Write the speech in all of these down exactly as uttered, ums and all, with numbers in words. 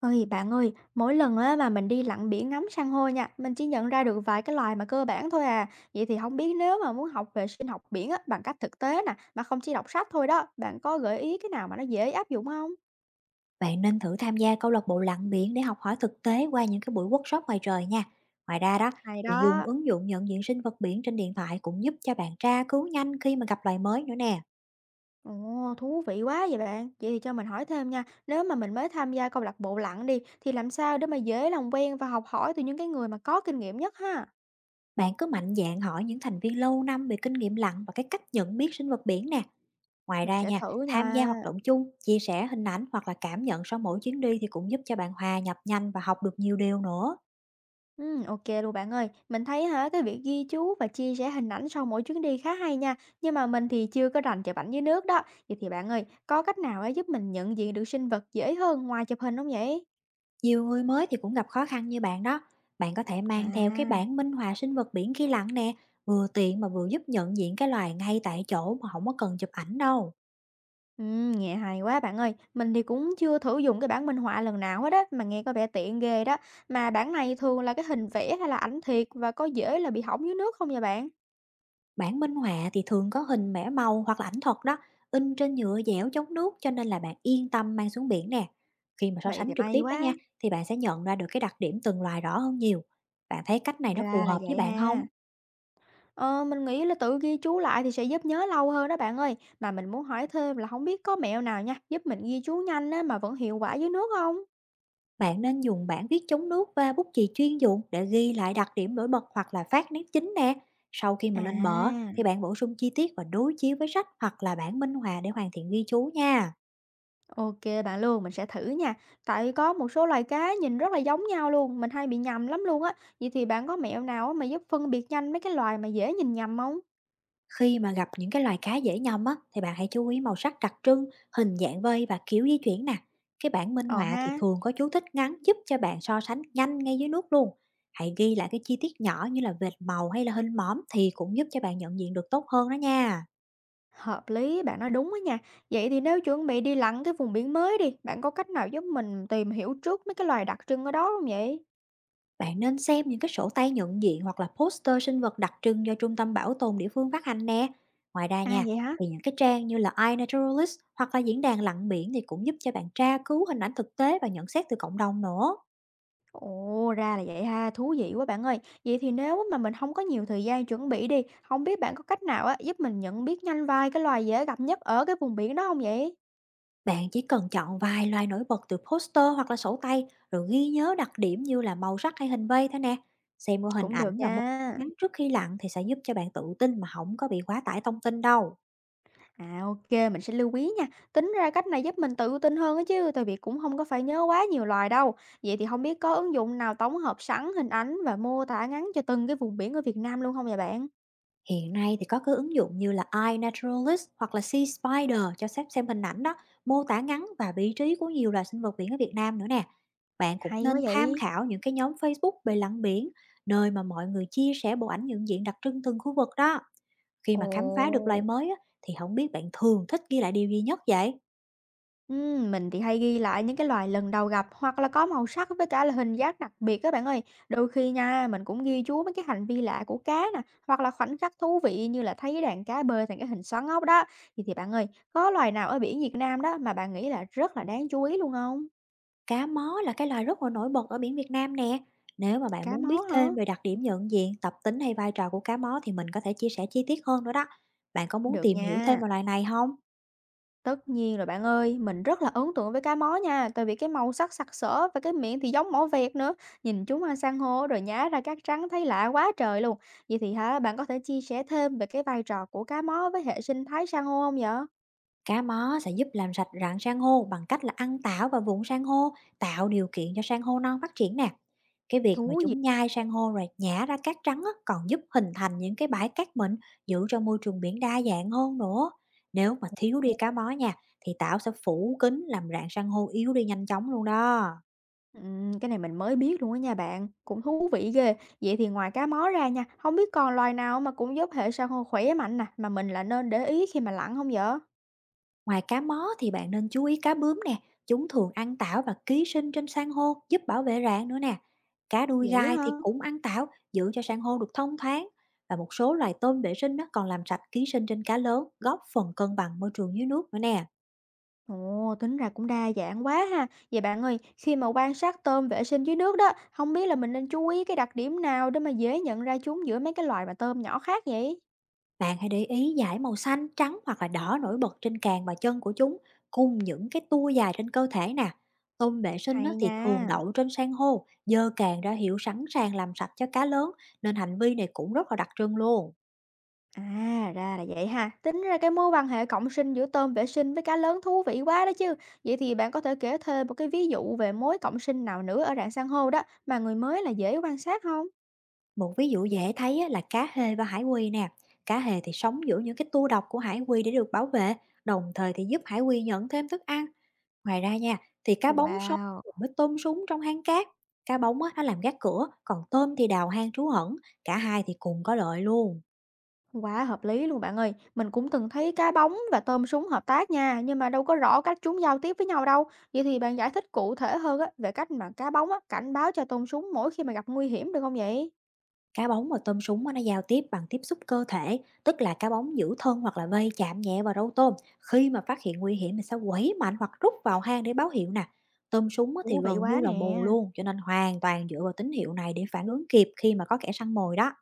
Ơi bạn ơi, mỗi lần á mà mình đi lặn biển ngắm san hô nha, mình chỉ nhận ra được vài cái loài mà cơ bản thôi à. Vậy thì không biết nếu mà muốn học về sinh học biển á, bằng cách thực tế nè, mà không chỉ đọc sách thôi đó, bạn có gợi ý cái nào mà nó dễ áp dụng không? Bạn nên thử tham gia câu lạc bộ lặn biển để học hỏi thực tế qua những cái buổi workshop ngoài trời nha. Ngoài ra đó Hay thì dùng đó. ứng dụng nhận diện sinh vật biển trên điện thoại cũng giúp cho bạn tra cứu nhanh khi mà gặp loài mới nữa nè. Ồ, thú vị quá vậy bạn. Vậy thì cho mình hỏi thêm nha, nếu mà mình mới tham gia câu lạc bộ lặn đi, thì làm sao để mà dễ làm quen và học hỏi từ những cái người mà có kinh nghiệm nhất ha? Bạn cứ mạnh dạn hỏi những thành viên lâu năm về kinh nghiệm lặn và cái cách nhận biết sinh vật biển nè. Ngoài Mình ra sẽ nha, thử tham gia nha. hoạt động chung, chia sẻ hình ảnh hoặc là cảm nhận sau mỗi chuyến đi thì cũng giúp cho bạn hòa nhập nhanh và học được nhiều điều nữa. Ừm, ok luôn bạn ơi. Mình thấy hả, cái việc ghi chú và chia sẻ hình ảnh sau mỗi chuyến đi khá hay nha, nhưng mà mình thì chưa có rành chụp ảnh dưới nước đó. Vậy thì bạn ơi, có cách nào á giúp mình nhận diện được sinh vật dễ hơn ngoài chụp hình không vậy? Nhiều người mới thì cũng gặp khó khăn như bạn đó. Bạn có thể mang theo cái À. bản minh họa sinh vật biển khi lặn nè, vừa tiện mà vừa giúp nhận diện cái loài ngay tại chỗ mà không có cần chụp ảnh đâu. Ừm, nghe hay quá bạn ơi. Mình thì cũng chưa thử dùng cái bảng minh họa lần nào hết á, mà nghe có vẻ tiện ghê đó. Mà bảng này thường là cái hình vẽ hay là ảnh thiệt và có dễ là bị hỏng dưới nước không vậy bạn? Bản minh họa thì thường có hình vẽ màu hoặc là ảnh thật đó, in trên nhựa dẻo chống nước cho nên là bạn yên tâm mang xuống biển nè. Khi mà so Vậy sánh thì trực may tiếp đó quá, nha, thì bạn sẽ nhận ra được cái đặc điểm từng loài rõ hơn nhiều. Bạn thấy cách này nó phù ra là hợp với vậy bạn không? ha. Ờ, mình nghĩ là tự ghi chú lại thì sẽ giúp nhớ lâu hơn đó bạn ơi. Mà mình muốn hỏi thêm là không biết có mẹo nào nha, giúp mình ghi chú nhanh á, mà vẫn hiệu quả dưới nước không? Bạn nên dùng bảng viết chống nước và bút chì chuyên dụng để ghi lại đặc điểm nổi bật hoặc là phát nét chính nè. Sau khi À, mà lên bờ thì bạn bổ sung chi tiết và đối chiếu với sách hoặc là bản minh họa để hoàn thiện ghi chú nha. Ok bạn luôn, mình sẽ thử nha. Tại có một số loài cá nhìn rất là giống nhau luôn, mình hay bị nhầm lắm luôn á. Vậy thì bạn có mẹo nào á mà giúp phân biệt nhanh mấy cái loài mà dễ nhìn nhầm không? Khi mà gặp những cái loài cá dễ nhầm á, thì bạn hãy chú ý màu sắc đặc trưng, hình dạng vây và kiểu di chuyển nè. Cái bản minh Ờ họa thì ha, thường có chú thích ngắn giúp cho bạn so sánh nhanh ngay dưới nước luôn. Hãy ghi lại cái chi tiết nhỏ như là vệt màu hay là hình mõm thì cũng giúp cho bạn nhận diện được tốt hơn đó nha. hợp lý, bạn nói đúng á nha. Vậy thì nếu chuẩn bị đi lặn cái vùng biển mới đi, bạn có cách nào giúp mình tìm hiểu trước mấy cái loài đặc trưng ở đó không vậy? Bạn nên xem những cái sổ tay nhận diện hoặc là poster sinh vật đặc trưng do trung tâm bảo tồn địa phương phát hành nè. Ngoài ra À nha, vậy hả? thì những cái trang như là iNaturalist hoặc là diễn đàn lặn biển thì cũng giúp cho bạn tra cứu hình ảnh thực tế và nhận xét từ cộng đồng nữa. Ồ, ra là vậy ha, thú vị quá bạn ơi. Vậy thì nếu á mà mình không có nhiều thời gian chuẩn bị đi, không biết bạn có cách nào á giúp mình nhận biết nhanh vài cái loài dễ gặp nhất ở cái vùng biển đó không vậy? Bạn chỉ cần chọn vài loài nổi bật từ poster hoặc là sổ tay rồi ghi nhớ đặc điểm như là màu sắc hay hình vây thôi nè. Xem qua hình Cũng được ảnh và mô tả nha. ngắn trước khi lặn thì sẽ giúp cho bạn tự tin mà không có bị quá tải thông tin đâu. À, ok mình sẽ lưu ý nha. Tính ra cách này giúp mình tự tin hơn á chứ, tại vì cũng không có phải nhớ quá nhiều loài đâu. Vậy thì không biết có ứng dụng nào tổng hợp sẵn hình ảnh và mô tả ngắn cho từng cái vùng biển ở Việt Nam luôn không vậy bạn? Hiện nay thì có cái ứng dụng như là iNaturalist hoặc là Sea Spider cho phép xem hình ảnh đó, mô tả ngắn và vị trí của nhiều loài sinh vật biển ở Việt Nam nữa nè. Bạn cũng Hay quá nên tham vậy! khảo những cái nhóm Facebook về lặn biển, nơi mà mọi người chia sẻ bộ ảnh nhận diện đặc trưng từng khu vực đó. Khi mà khám phá được loài Ồ. mới á, thì không biết bạn thường thích ghi lại điều duy nhất vậy? Ừm, mình thì hay ghi lại những cái loài lần đầu gặp hoặc là có màu sắc với cả là hình dáng đặc biệt các bạn ơi. Đôi khi nha, mình cũng ghi chú mấy cái hành vi lạ của cá nè, hoặc là khoảnh khắc thú vị như là thấy đàn cá bơi thành cái hình xoắn ốc đó. Thì thì bạn ơi, có loài nào ở biển Việt Nam đó mà bạn nghĩ là rất là đáng chú ý luôn không? Cá mó là cái loài rất là nổi bật ở biển Việt Nam nè. Nếu mà bạn Cá muốn mó biết hả? thêm về đặc điểm nhận diện, tập tính hay vai trò của cá mó thì mình có thể chia sẻ chi tiết hơn nữa đó. Bạn có muốn Được tìm hiểu thêm nha. về loài này không? Tất nhiên rồi bạn ơi, mình rất là ấn tượng với cá mó nha, tại vì cái màu sắc sặc sỡ và cái miệng thì giống mỏ vẹt nữa. Nhìn chúng ăn san hô rồi nhá ra cát trắng thấy lạ quá trời luôn. Vậy thì hả, bạn có thể chia sẻ thêm về cái vai trò của cá mó với hệ sinh thái san hô không vậy? Cá mó sẽ giúp làm sạch rạn san hô bằng cách là ăn tảo và vụn san hô, tạo điều kiện cho san hô non phát triển nè. Cái việc mà Thú vị. chúng nhai san hô rồi nhả ra cát trắng á, còn giúp hình thành những cái bãi cát mịn, giữ cho môi trường biển đa dạng hơn nữa. Nếu mà thiếu đi cá mó nha, thì tảo sẽ phủ kín làm rạn san hô yếu đi nhanh chóng luôn đó. Ừm, cái này mình mới biết luôn á nha bạn, cũng thú vị ghê. Vậy thì ngoài cá mó ra nha, không biết còn loài nào mà cũng giúp hệ san hô khỏe mạnh nè, mà mình là nên để ý khi mà lặn không vậy? Ngoài cá mó thì bạn nên chú ý cá bướm nè, chúng thường ăn tảo và ký sinh trên san hô giúp bảo vệ rạn nữa nè. Cá đuôi Vậy á gai ha. thì cũng ăn tảo, giữ cho san hô được thông thoáng. Và một số loài tôm vệ sinh đó còn làm sạch ký sinh trên cá lớn, góp phần cân bằng môi trường dưới nước nữa nè. Ồ, tính ra cũng đa dạng quá ha. Vậy bạn ơi, khi mà quan sát tôm vệ sinh dưới nước đó, không biết là mình nên chú ý cái đặc điểm nào để mà dễ nhận ra chúng giữa mấy cái loài mà tôm nhỏ khác vậy? Bạn hãy để ý dải màu xanh, trắng hoặc là đỏ nổi bật trên càng và chân của chúng, cùng những cái tua dài trên cơ thể nè. Tôm vệ sinh Hay đó thì thường nha. đậu trên san hô, dơ càng ra hiệu sẵn sàng làm sạch cho cá lớn, nên hành vi này cũng rất là đặc trưng luôn. À, ra là vậy ha. Tính ra cái mối quan hệ cộng sinh giữa tôm vệ sinh với cá lớn thú vị quá đó chứ. Vậy thì bạn có thể kể thêm một cái ví dụ về mối cộng sinh nào nữa ở rạn san hô đó mà người mới là dễ quan sát không? Một ví dụ dễ thấy á, là cá hê và hải quy nè. Cá hề thì sống giữa những cái tua độc của hải quy để được bảo vệ, đồng thời thì giúp hải quy nhận thêm thức ăn. Ngoài ra nha, thì cá bống sống Wow. cùng với tôm súng trong hang cát. Cá bống á, nó làm gác cửa, còn tôm thì đào hang trú ẩn. Cả hai thì cùng có lợi luôn. Quá hợp lý luôn bạn ơi. Mình cũng từng thấy cá bóng và tôm súng hợp tác nha, nhưng mà đâu có rõ cách chúng giao tiếp với nhau đâu. Vậy thì bạn giải thích cụ thể hơn á, về cách mà cá bóng á, cảnh báo cho tôm súng mỗi khi mà gặp nguy hiểm được không vậy? Cá bống và tôm súng á, nó giao tiếp bằng tiếp xúc cơ thể, tức là cá bống giữ thân hoặc là vây chạm nhẹ vào râu tôm. Khi mà phát hiện nguy hiểm thì sẽ quẩy mạnh hoặc rút vào hang để báo hiệu nè. Tôm súng á, thì Thú vị gần quá như là mù nè. luôn, cho nên hoàn toàn dựa vào tín hiệu này để phản ứng kịp khi mà có kẻ săn mồi đó.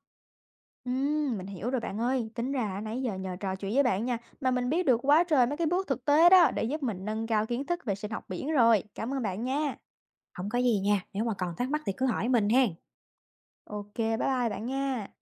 Ừm, mình hiểu rồi bạn ơi. Tính ra nãy giờ nhờ trò chuyện với bạn nha, mà mình biết được quá trời mấy cái bước thực tế đó để giúp mình nâng cao kiến thức về sinh học biển rồi. Cảm ơn bạn nha. Không có gì nha, nếu mà còn thắc mắc thì cứ hỏi mình hen. Ok, bye bye bạn nha.